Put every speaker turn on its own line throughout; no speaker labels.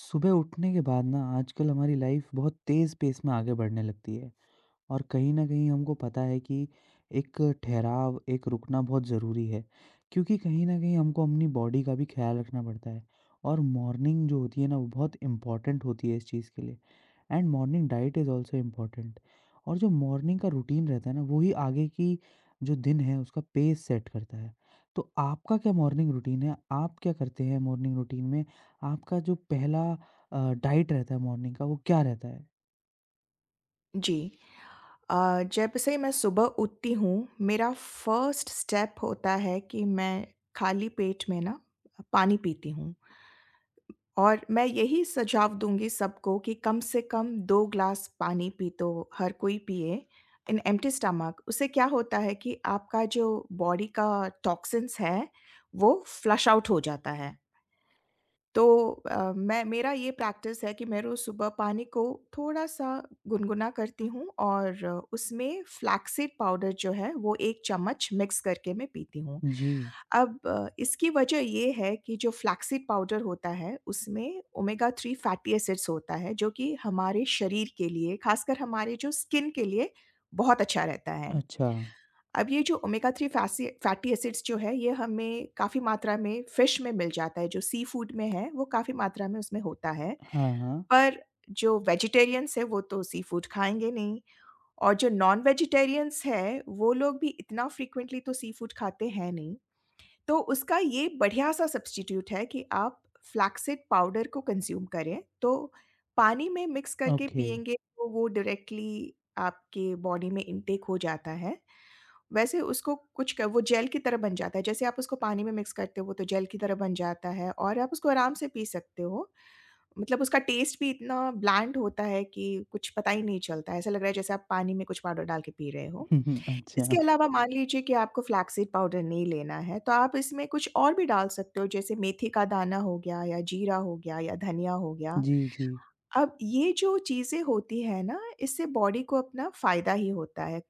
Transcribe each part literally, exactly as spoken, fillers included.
सुबह उठने के बाद ना आजकल हमारी लाइफ बहुत तेज़ पेस में आगे बढ़ने लगती है और कहीं ना कहीं हमको पता है कि एक ठहराव, एक रुकना बहुत ज़रूरी है। क्योंकि कहीं ना कहीं हमको अपनी बॉडी का भी ख्याल रखना पड़ता है और मॉर्निंग जो होती है ना वो बहुत इम्पोर्टेंट होती है इस चीज़ के लिए। And morning diet is also important और जो मॉर्निंग का रूटीन रहता है ना वो ही आगे की जो दिन है उसका पेस सेट करता है। तो आपका क्या मॉर्निंग रूटीन है? आप क्या करते हैं मॉर्निंग रूटीन में? आपका जो पहला अ, डाइट रहता है मॉर्निंग का वो क्या रहता है?
जी। अ, जब से मैं सुबह उठती हूँ, मेरा फर्स्ट स्टेप होता है कि मैं खाली पेट में ना पानी पीती हूँ। और मैं यही सुझाव दूँगी सबको कि कम से कम दो ग्लास पानी पी तो हर कोई पिए इन एम्प्टी स्टमक। उससे क्या होता है कि आपका जो बॉडी का टॉक्सिन्स है, वो फ्लश आउट हो जाता है। तो अ, मैं मेरा ये प्रैक्टिस है कि मैं रोज़ सुबह पानी को थोड़ा-सा गुनगुना करती हूँ और उसमें फ्लैक्ससीड पाउडर जो है वो एक चम्मच मिक्स करके मैं पीती हूँ।
जी,
अब अ, इसकी वजह ये है कि जो फ्लैक्ससीड पाउडर होता है उसमें ओमेगा थ्री फैटी एसिड्स होता है जो कि हमारे शरीर के लिए, खासकर हमारे जो स्किन के लिए बहुत अच्छा रहता है।
अच्छा।
अब ये जो ओमेगा थ्री फैसी फैटी एसिड्स जो है, ये हमें काफ़ी मात्रा में फिश में मिल जाता है, जो सी फूड में है, वो काफ़ी मात्रा में उसमें होता है।
हाँ, हाँ।
पर जो वेजिटेरियंस हैं, वो तो सी फूड खाएँगे नहीं और जो नॉन वेजिटेरियंस हैं, वो लोग भी इतना फ्रीक्वेंटली तो सी फूड खाते हैं नहीं। तो उसका ये बढ़िया-सा सब्स्टिट्यूट है कि आप फ्लैक्स सीड पाउडर को कंज़्यूम करें, तो पानी में मिक्स करके
ओके।
पिएँगे, तो वो डायरेक्टली आपके बॉडी में इनटेक हो जाता है। वैसे उसको कुछ क वो जेल की तरह बन जाता है, जैसे आप उसको पानी में मिक्स करते हो तो जेल की तरह बन जाता है और आप उसको आराम से पी सकते हो। मतलब उसका टेस्ट भी इतना ब्लैंड होता है कि कुछ पता ही नहीं चलता है, ऐसा लग रहा है जैसे आप पानी में कुछ पाउडर डाल के पी रहे हो। इसके
अच्छा।
अलावा मान लीजिए कि आपको फ्लैक्ससीड पाउडर नहीं लेना है, तो आप इसमें कुछ और भी डाल सकते हो जैसे मेथी का दाना हो गया या जीरा हो गया या धनिया हो गया।
जी, जी।
अब ये जो चीज़ें होती हैं ना, इससे बॉडी को अपना फ़ायदा ही होता है।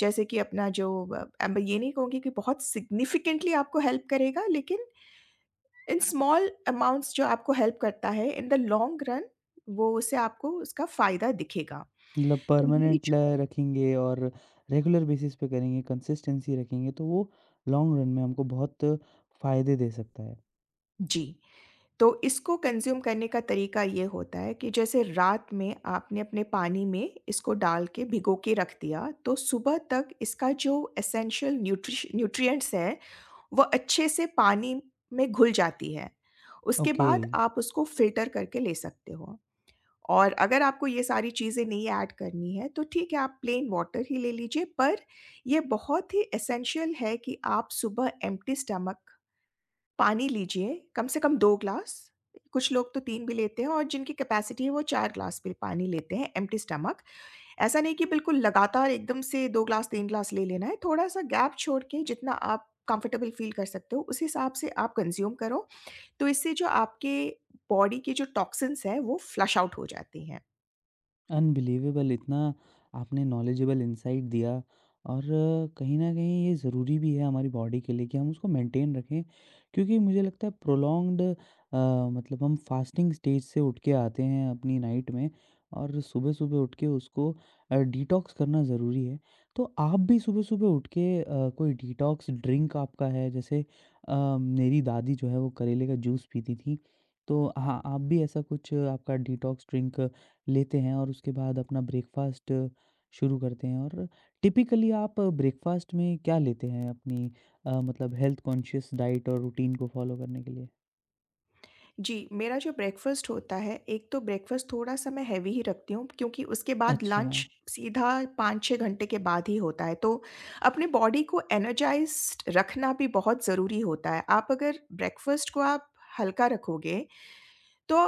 जैसे कि अपना जो अ, अब ये नहीं कहूँगी कि बहुत सिग्निफिकेंटली आपको हेल्प करेगा, लेकिन इन स्मॉल अमाउंट्स जो आपको हेल्प करता है, इन द लॉन्ग रन वो उससे आपको उसका फ़ायदा दिखेगा।
मतलब
तो ये
परमानेंट
जो
ल रखेंगे और रेगुलर बेसिस पे करेंगे, कंसिस्टेंसी रखेंगे तो वो लॉन्ग रन में हमको बहुत फ़ायदे दे सकता है।
जी। तो इसको कंज़्यूम करने का तरीका ये होता है कि जैसे रात में आपने अपने पानी में इसको डाल के भिगो के रख दिया, तो सुबह तक इसका जो एसेंशियल न्यूट्रिश न्यूट्रिएंट्स हैं, वह अच्छे से पानी में घुल जाती है। उसके
ओके।
बाद आप उसको फ़िल्टर करके ले सकते हो। और अगर आपको ये सारी चीज़ें नहीं ऐड करनी है, तो ठीक है आप प्लेन वाटर ही ले लीजिए। पर ये बहुत ही एसेंशियल है कि आप सुबह एम्प्टी स्टमक पानी लीजिए, कम से कम दो ग्लास, कुछ लोग तो तीन भी लेते हैं और जिनकी कैपेसिटी है वो चार ग्लास भी पानी लेते हैं एम्प्टी स्टमक। ऐसा नहीं कि बिल्कुल लगातार एकदम से दो ग्लास तीन ग्लास ले लेना है, थोड़ा-सा गैप छोड़ के जितना आप कंफर्टेबल फ़ील कर सकते हो, उस हिसाब से आप कंज़्यूम करो, तो इससे जो आपके बॉडी के जो टॉक्सिन्स हैं, वो फ्लश आउट हो जाती हैं।
अनबिलीवेबल इतना आपने नॉलेजेबल इनसाइट दिया और कहीं ना कहीं ये ज़रूरी भी है हमारी बॉडी के लिए कि हम उसको मेंटेन रखें। क्योंकि मुझे लगता है प्रोलॉन्ग्ड मतलब हम फास्टिंग स्टेज से उठ के आते हैं अपनी नाइट में और सुबह सुबह उठ के उसको डिटॉक्स करना ज़रूरी है। तो आप भी सुबह सुबह उठ के अ, कोई डिटॉक्स ड्रिंक आपका है जैसे अ, मेरी दादी जो है वो करेले का जूस पीती थी। तो हाँ, आप भी ऐसा कुछ आपका डिटॉक्स ड्रिंक लेते हैं और उसके बाद अपना ब्रेकफ़ास्ट शुरू करते हैं और टिपिकली आप ब्रेकफ़ास्ट में क्या लेते हैं अपनी अ, मतलब हेल्थ कॉन्शियस डाइट और रूटीन को फ़ॉलो करने के लिए?
जी, मेरा जो ब्रेकफ़ास्ट होता है, एक तो ब्रेकफ़ास्ट थोड़ा-सा मैं हेवी ही रखती हूँ क्योंकि उसके बाद
अच्छा,
लंच सीधा पाँच छह घंटे के बाद ही होता है। तो अपने बॉडी को एनर्जाइज़्ड रखना भी बहुत ज़रूरी होता है। आप अगर ब्रेकफ़ास्ट को आप हल्का रखोगे, तो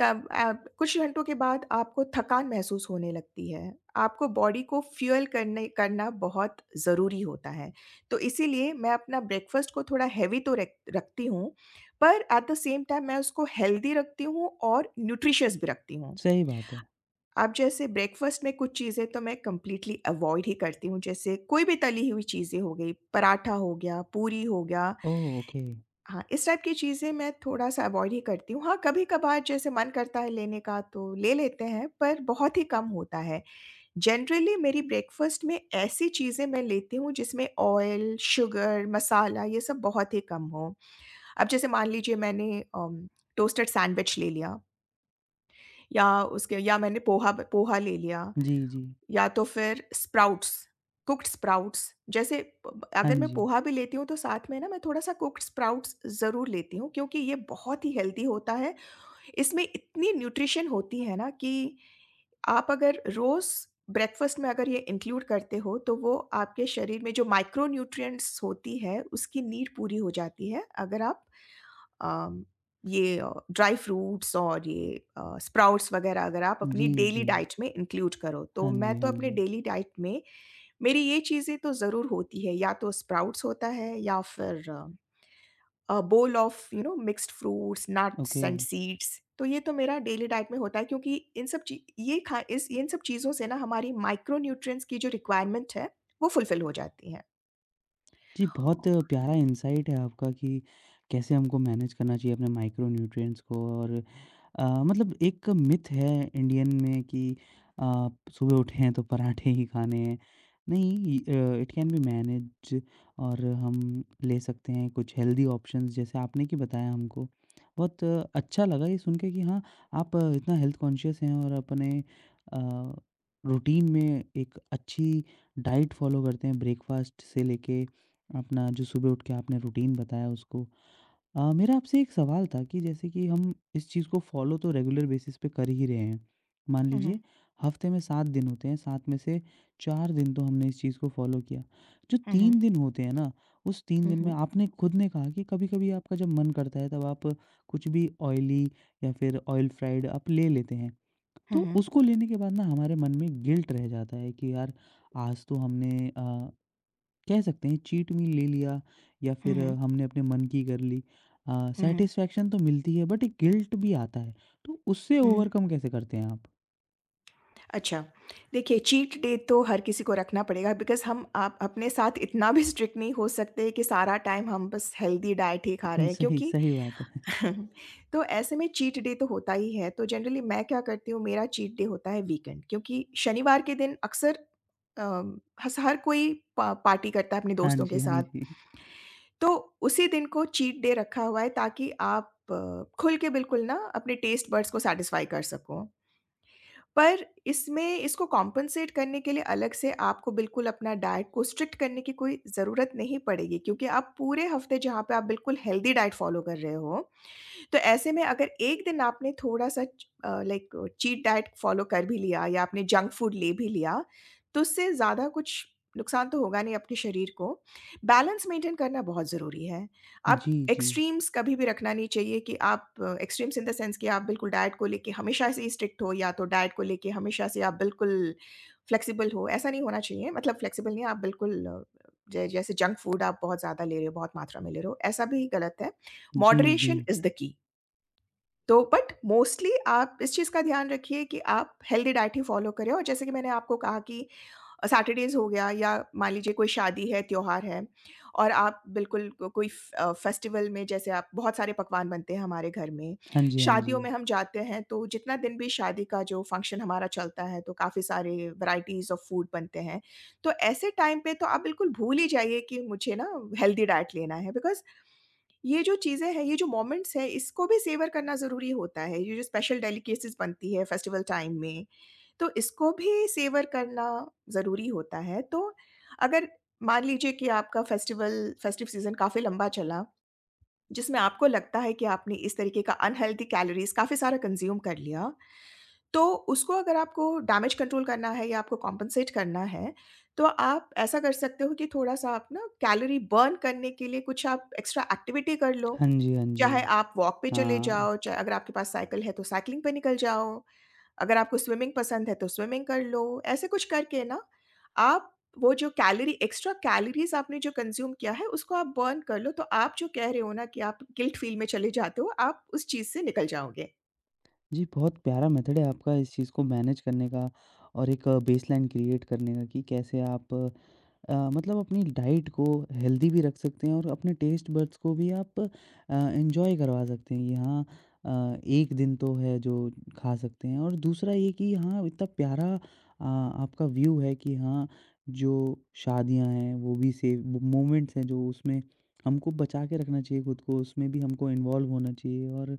कब अ, कुछ घंटों के बाद आपको थकान महसूस होने लगती है। आपको बॉडी को फ़ुएल करने करना बहुत ज़रूरी होता है। तो इसीलिए मैं अपना ब्रेकफ़ास्ट को थोड़ा हेवी तो रेक रखती हूँ पर एट द सेम टाइम मैं उसको हेल्दी रखती हूँ और न्यूट्रिशियस भी रखती हूँ।
सही बात है।
अब जैसे ब्रेकफ़ास्ट में कुछ चीज़ें तो मैं कंप्लीटली अवॉइड ही करती हूँ, जैसे कोई भी तली हुई चीज़ें हो गई, पराठा हो गया, पूरी हो गया।
ओह! ओके।
हाँ, इस टाइप की चीज़ें मैं थोड़ा-सा अवॉइड ही करती हूँ। हाँ, कभी-कभार जैसे मन करता है लेने का तो ले लेते हैं, पर बहुत ही कम होता है। जनरली मेरी ब्रेकफ़ास्ट में ऐसी चीज़ें मैं लेती हूँ जिसमें ऑयल, शुगर, मसाला ये सब बहुत ही कम हो। अब जैसे मान लीजिए मैंने अम, टोस्टेड सैंडविच ले लिया या उसके या मैंने पोहा पोहा ले लिया
जी, जी।
या तो फिर स्प्राउट्स कुक्ड स्प्राउट्स जैसे ब-
हाँ
अगर मैं
जी।
पोहा भी लेती हूँ तो साथ में ना मैं थोड़ा सा कुक्ड स्प्राउट्स ज़रूर लेती हूँ क्योंकि ये बहुत ही हेल्दी होता है। इसमें इतनी न्यूट्रिशन होती है ना कि आप अगर रोज ब्रेकफास्ट में अगर ये इंक्लूड करते हो तो वो आपके शरीर में जो माइक्रो न्यूट्रिएंट्स होती है उसकी नीड पूरी हो जाती है। अगर आप अम, ये ड्राई फ्रूट्स और ये अ, स्प्राउट्स वगैरह अगर आप
जी,
अपनी डेली
जी।
डाइट में इंक्लूड करो, तो
हाँ
मैं
जी,
तो
हाँ
अपने
जी।
डेली डाइट में मेरी ये चीज़ें तो ज़रूर होती है, या तो स्प्राउट्स होता है या फिर अ, bowl of you know mixed fruits, nuts
okay.
And seeds. तो ये तो मेरा डेली डाइट में होता है क्योंकि इन सब ची ये खा इस इन सब चीज़ों से ना हमारी माइक्रो न्यूट्रिएंट्स की जो रिक्वायरमेंट है, वो फुलफिल हो जाती है।
जी, बहुत प्यारा इनसाइट है आपका कि कैसे हमको मैनेज करना चाहिए अपने माइक्रो न्यूट्रिएंट्स को। और अ, मतलब एक मिथ है इंडियन में कि अ, सुबह उठे हैं तो पराठे ही खाने हैं। नहीं, इट कैन बी मैनेज और हम ले सकते हैं कुछ हेल्दी ऑप्शंस जैसे आपने कि बताया हमको। बहुत अ, अच्छा लगा ये सुन के कि हाँ, आप अ, इतना हेल्थ कॉन्शियस हैं और अपने अ, रूटीन में एक अच्छी डाइट फ़ॉलो करते हैं ब्रेकफ़ास्ट से लेके अपना जो सुबह उठ के आपने रूटीन बताया उसको। अ, मेरा आपसे एक सवाल था कि जैसे कि हम इस चीज़ को फ़ॉलो तो रेगुलर बेसिस पे कर ही रहे हैं। मान
हुँ, हुँ।
लीजिए हफ़्ते में सात दिन होते हैं, सात में से चार दिन तो हमने इस चीज़ को फ़ॉलो किया। जो
हुँ, हुँ।
तीन दिन होते हैं ना, उस तीन
हुँ,
दिन में
हुँ।
आपने खुद ने कहा कि कभी-कभी आपका जब मन करता है तब आप कुछ भी ऑयली या फिर ऑयल फ्राइड आप ले लेते हैं।
हुँ,
तो
हुँ।
उसको लेने के बाद ना हमारे मन में गिल्ट रह जाता है कि यार आज तो हमने अ कह सकते हैं चीट मील ले लिया या
हुँ,
फिर अ,
हुँ।
हमने अपने मन की कर ली।
हुँ, हुँ।
सेटिस्फेक्शन तो मिलती है बट एक गिल्ट भी आता है। तो उससे
हुँ, हुँ।
ओवरकम कैसे करते हैं आप?
अच्छा, देखिए चीट डे तो हर किसी को रखना पड़ेगा बिकॉज़ हम आप अपने साथ इतना भी स्ट्रिक्ट नहीं हो सकते कि सारा टाइम हम बस हेल्दी डाइट ही खा रहे हैं
सही
क्योंकि
सही बात है।
तो ऐसे में चीट डे तो होता ही है, तो जनरली मैं क्या करती हूँ मेरा चीट डे होता है वीकेंड क्योंकि शनिवार के दिन अक्सर अ, हस हर कोई पा पार्टी करता है अपने
हाँ
दोस्तों के
जी, हाँ
साथ,
जी।
तो उसी दिन को चीट डे रखा हुआ है ताकि आप अ, खुल के बिल्कुल ना अपने टेस्ट बड्स को सैटिस्फाई कर सको। पर इसमें इसको कॉम्पेंसेट करने के लिए अलग से आपको बिल्कुल अपना डाइट को स्ट्रिक्ट करने की कोई ज़रूरत नहीं पड़ेगी क्योंकि आप पूरे हफ़्ते जहाँ पे आप बिल्कुल हेल्दी डाइट फ़ॉलो कर रहे हो, तो ऐसे में अगर एक दिन आपने थोड़ा-सा च अ, लाइक चीट डाइट फ़ॉलो कर भी लिया या आपने जंक फूड ले भी लिया, तो उससे ज़्यादा कुछ नुकसान तो होगा नहीं अपने शरीर को। बैलेंस मेंटेन करना बहुत ज़रूरी है। आप
जी जी।
एक्सट्रीम्स कभी भी रखना नहीं चाहिए कि आप एक्सट्रीम्स इन द सेंस कि आप बिल्कुल डाइट को लेके हमेशा से ही स्ट्रिक्ट हो या तो डाइट को लेके हमेशा से आप बिल्कुल फ्लेक्सिबल हो, ऐसा नहीं होना चाहिए। मतलब फ्लेक्सिबल नहीं, आप बिल्कुल अ, ज जैसे जंक फूड आप बहुत ज़्यादा ले रहे हो, बहुत मात्रा में ले रहे हो, ऐसा भी गलत है।
जी जी।
Moderation is the key. तो बट मोस्टली आप इस चीज़ का ध्यान रखिए कि आप हेल्दी डाइट ही फॉलो करें और जैसे कि मैंने आपको कहा कि अ, सैटरडेज़ हो गया या मान लीजिए कोई शादी है, त्योहार है और आप बिल्कुल को कोई फ अ, फेस्टिवल में जैसे आप बहुत सारे पकवान बनते हैं हमारे घर में।
हाँ जी, हाँ जी।
शादियों में हम जाते हैं तो जितना दिन भी शादी का जो फंक्शन हमारा चलता है तो काफ़ी सारे वैराइटीज़ ऑफ फूड बनते हैं। तो ऐसे टाइम पे तो आप बिल्कुल भूल ही जाइए कि मुझे ना हेल्दी डाइट लेना है बिकॉज़ ये जो चीज़ें हैं, ये जो मोमेंट्स हैं, इसको भी सेवर करना ज़रूरी होता है। ये जो स्पेशल डेलिकेसीज़ बनती है फेस्टिवल टाइम में, तो इसको भी सेवर करना ज़रूरी होता है। तो अगर मान लीजिए कि आपका फेस्टिवल फेस्टिव सीज़न काफ़ी लंबा चला, जिसमें आपको लगता है कि आपने इस तरीके का अनहेल्दी कैलोरीज़ काफ़ी सारा कंज़्यूम कर लिया, तो उसको अगर आपको डैमेज कंट्रोल करना है या आपको कॉम्पेंसेट करना है, तो आप ऐसा कर सकते हो कि थोड़ा-सा आप ना कैलोरी बर्न करने के लिए कुछ आप एक्स्ट्रा एक्टिविटी कर लो।
हाँ जी, हाँ जी।
चाहे आप वॉक पे चले
हाँ
जाओ, चाहे अगर आपके पास साइकिल है तो साइक्लिंग पे निकल जाओ, अगर आपको स्विमिंग पसंद है तो स्विमिंग कर लो। ऐसे कुछ करके ना आप वो जो कैलोरी एक्स्ट्रा कैलोरीज़ आपने जो कंज़्यूम किया है उसको आप बर्न कर लो, तो आप जो कह रहे हो ना कि आप गिल्ट फ़ील में चले जाते हो, आप उस चीज़ से निकल जाओगे।
जी। बहुत प्यारा मेथड है आपका इस चीज़ को मैनेज करने का और एक बेसलाइन क्रिएट करने का कि कैसे आप अ, मतलब अपनी डाइट को हेल्दी भी रख सकते हैं और अपने टेस्ट बड्स को भी आप अ, एन्जॉय करवा सकते हैं कि हाँ, अ, एक दिन तो है जो खा सकते हैं और दूसरा ये कि हाँ, इतना प्यारा अ, आपका व्यू है कि हाँ, जो शादियां हैं वो भी सेव मोमेंट्स हैं जो उसमें हमको बचा के रखना चाहिए। खुद को उसमें भी हमको इन्वॉल्व होना चाहिए और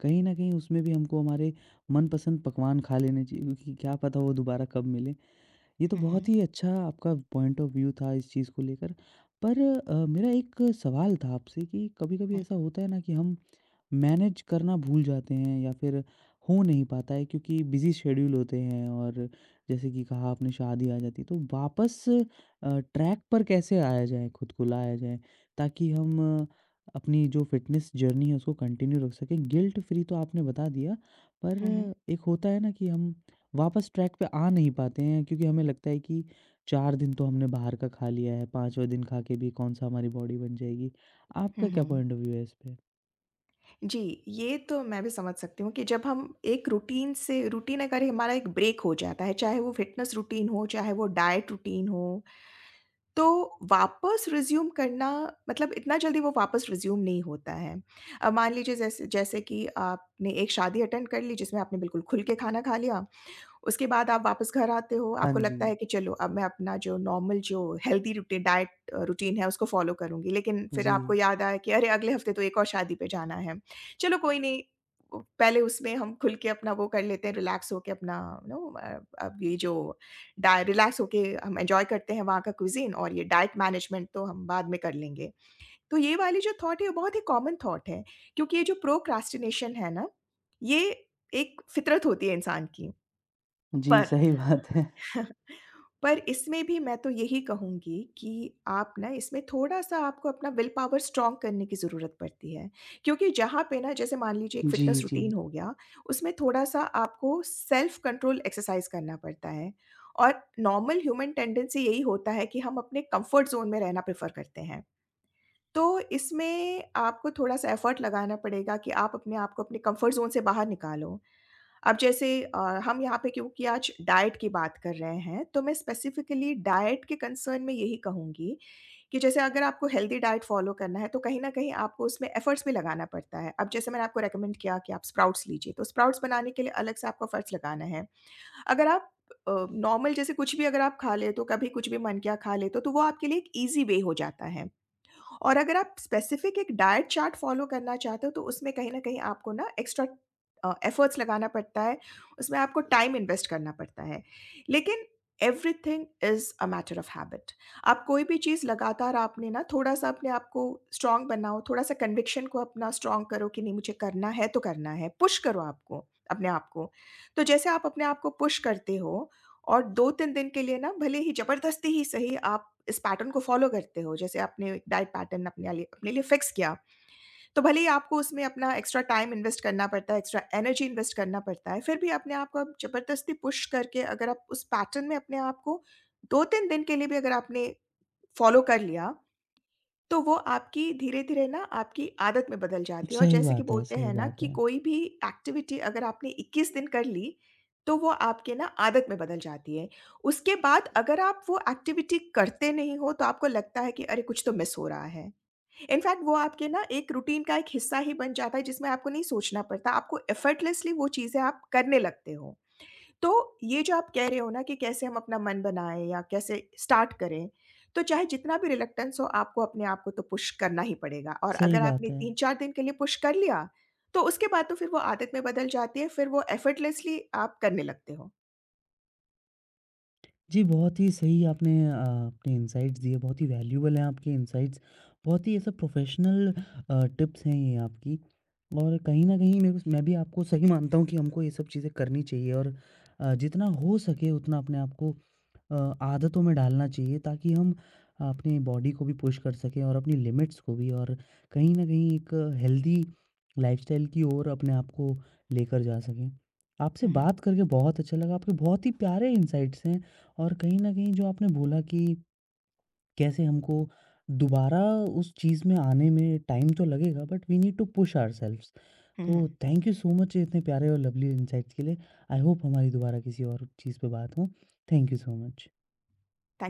कहीं ना कहीं उसमें भी हमको हमारे मनपसंद पकवान खा लेने चाहिए क्योंकि क्या पता वो दोबारा कब मिले। ये तो
हुँ, हुँ।
बहुत ही अच्छा आपका पॉइंट ऑफ व्यू था इस चीज़ को लेकर। पर अ, मेरा एक सवाल था आपसे कि कभी-कभी
हुँ।
ऐसा होता है ना कि हम मैनेज करना भूल जाते हैं या फिर हो नहीं पाता है क्योंकि बिज़ी शेड्यूल होते हैं। और जैसे कि कहा आपने शादी आ जाती है तो वापस अ, ट्रैक पर कैसे आया जाए, खुद को लाया जाए ताकि हम अ, अपनी जो फ़िटनेस जर्नी है उसको कंटिन्यू रख सकें। गिल्ट फ्री तो आपने बता दिया। पर
हुँ, हुँ।
एक होता है ना कि हम वापस ट्रैक पे आ नहीं पाते हैं क्योंकि हमें लगता है कि चार दिन तो हमने बाहर का खा लिया है, पाँचवाँ दिन खा के भी कौन-सा हमारी बॉडी बन जाएगी।
हुँ,
आपका क्या
हुँ।
पॉइंट ऑफ व्यू है इस पे?
जी, ये तो मैं भी समझ सकती हूँ कि जब हम एक रूटीन से रूटीन अगर हमारा एक ब्रेक हो जाता है, चाहे वो फ़िटनेस रूटीन हो, चाहे वो डाइट रूटीन हो, तो वापस रिज़्यूम करना मतलब इतना जल्दी वो वापस रिज़्यूम नहीं होता है। अब मान लीजिए जैसे जैसे कि आपने एक शादी अटेंड कर ली जिसमें आपने बिल्कुल खुल के खाना खा लिया, उसके बाद आप वापस घर आते हो,
हाँ
आपको
जी।
लगता है कि चलो अब मैं अपना जो नॉर्मल जो हेल्दी रूटी डाइट अ, रूटीन है उसको फ़ॉलो करूँगी। लेकिन फिर
जी।
आपको याद आया कि अरे! अगले हफ़्ते तो एक और शादी पे जाना है। चलो कोई नहीं। उ पहले उसमें हम खुल के अपना वो कर लेते हैं, रिलैक्स होके अपना यू नो, अ, अब ये जो डाय रिलैक्स होके हम एन्जॉय करते हैं वहाँ का क्विज़ीन, और ये डाइट मैनेजमेंट तो हम बाद में कर लेंगे। तो ये वाली जो थॉट है, ये बहुत ही कॉमन थॉट है, क्योंकि ये जो प्रोक्रास्टिनेशन है ना, ये एक फ़ितरत होती है इंसान की।
जी,
पर
सही बात है।
पर इसमें भी मैं तो यही कहूँगी कि आप ना, इसमें थोड़ा-सा आपको अपना विल पावर स्ट्रॉन्ग करने की ज़रूरत पड़ती है। क्योंकि जहाँ पे ना, जैसे मान लीजिए एक
जी,
फ़िटनेस
जी।
रूटीन हो गया, उसमें थोड़ा-सा आपको सेल्फ कंट्रोल एक्सरसाइज़ करना पड़ता है। और नॉर्मल ह्यूमन टेंडेंसी यही होता है कि हम अपने कंफर्ट ज़ोन में रहना प्रेफ़र करते हैं। तो इसमें आपको थोड़ा-सा एफ़र्ट लगाना पड़ेगा कि आप अपने आप को अपने कंफर्ट ज़ोन से बाहर निकालो। अब जैसे अ, हम यहाँ पे क्योंकि आज डाइट की बात कर रहे हैं, तो मैं स्पेसिफ़िकली डाइट के कंसर्न में यही कहूँगी कि जैसे अगर आपको हेल्दी डाइट फ़ॉलो करना है, तो कहीं न कहीं आपको उसमें एफ़र्ट्स भी लगाना पड़ता है। अब जैसे मैंने आपको रिकमेंड किया कि आप स्प्राउट्स लीजिए, तो स्प्राउट्स बनाने के लिए अलग से आपको एफ़र्ट्स लगाना है। अगर आप अ, नॉर्मल, जैसे कुछ भी अगर आप खा लें, तो कभी कुछ भी मन किया खा लें, तो तो वो आपके लिए एक ईज़ी वे हो जाता है। और अगर आप स्पेसिफिक एक डाइट चार्ट फ़ॉलो करना चाहते हो, तो उसमें कहीं न कहीं आपको ना एक्स्ट्रा अ, एफर्ट्स लगाना पड़ता है, उसमें आपको टाइम इन्वेस्ट करना पड़ता है। लेकिन everything is a matter of habit. आप कोई भी चीज़ लगातार आपने ना, थोड़ा-सा अपने आप को स्ट्रॉन्ग बनाओ, थोड़ा-सा कन्विक्शन को अपना स्ट्रॉन्ग करो कि नहीं, मुझे करना है तो करना है, पुश करो आपको अपने आप को। तो जैसे आप अपने आप को पुश करते हो और दो तीन दिन के लिए ना, भले ही ज़बरदस्ती ही सही, आप इस पैटर्न को फ़ॉलो करते हो, जैसे आपने डाइट पैटर्न अपने लिए अपने लिए फ़िक्स किया, तो भले ही आपको उसमें अपना एक्स्ट्रा टाइम इन्वेस्ट करना पड़ता है, एक्स्ट्रा एनर्जी इन्वेस्ट करना पड़ता है, फिर भी अपने आप को आप ज़बरदस्ती पुश करके अगर आप उस पैटर्न में अपने आप को दो तीन दिन के लिए भी अगर आपने फ़ॉलो कर लिया, तो वो आपकी धीरे-धीरे ना आपकी आदत में बदल जाती है। और
सही
जैसे कि
बात है,
बोलते
सही
हैं ना,
बात
कि
है,
कोई भी एक्टिविटी अगर आपने इक्कीस दिन कर ली, तो वो आपके ना आदत में बदल जाती है। उसके बाद अगर आप वो एक्टिविटी करते नहीं हो, तो आपको लगता है कि अरे! कुछ तो मिस हो रहा है। इनफैक्ट वो आपके ना एक रूटीन का एक हिस्सा ही बन जाता है, जिसमें आपको नहीं सोचना पड़ता, आपको एफर्टलेसली वो चीज़ें आप करने लगते हो। तो ये जो आप कह रहे हो ना, कि कैसे हम अपना मन बनाएँ या कैसे स्टार्ट करें, तो चाहे जितना भी रिलक्टेंस हो, आपको अपने आप को तो पुश करना ही पड़ेगा। और
सही
अगर
बात
आपने
है।
तीन चार दिन के लिए पुश कर लिया, तो उसके बाद तो फिर वो आदत में बदल जाती है, फिर वो एफर्टलेसली आप करने लगते हो।
जी, बहुत ही सही आपने अ, अपने इनसाइट्स दिए, बहुत ही वैल्यूएबल हैं आपके इनसाइट्स, बहुत ही ऐसा प्रोफ़ेशनल अ, टिप्स हैं ये आपकी। और कहीं न कहीं मेरे को मैं भी आपको सही मानता हूँ कि हमको ये सब चीज़ें करनी चाहिए और अ, जितना हो सके उतना अपने आप को अ, आदतों में डालना चाहिए ताकि हम अपने बॉडी को भी पुश कर सकें और अपनी लिमिट्स को भी। और कहीं न कहीं एक हेल्दी लाइफ़स्टाइल की ओर अपने आप को लेकर जा सकें। आपसे
हुँ, हुँ।
बात करके बहुत अच्छा लगा, आपके बहुत ही प्यारे इनसाइट्स हैं। और कहीं न कहीं जो आपने बोला कि कैसे हमको दोबारा उस चीज़ में आने में टाइम तो लगेगा but we need to push ourselves.
हुँ,
तो
हुँ।
थैंक यू सो मच इतने प्यारे और लवली इनसाइट्स के लिए। आई होप हमारी दोबारा किसी और चीज़ पे बात हो। Thank you so much.
Thank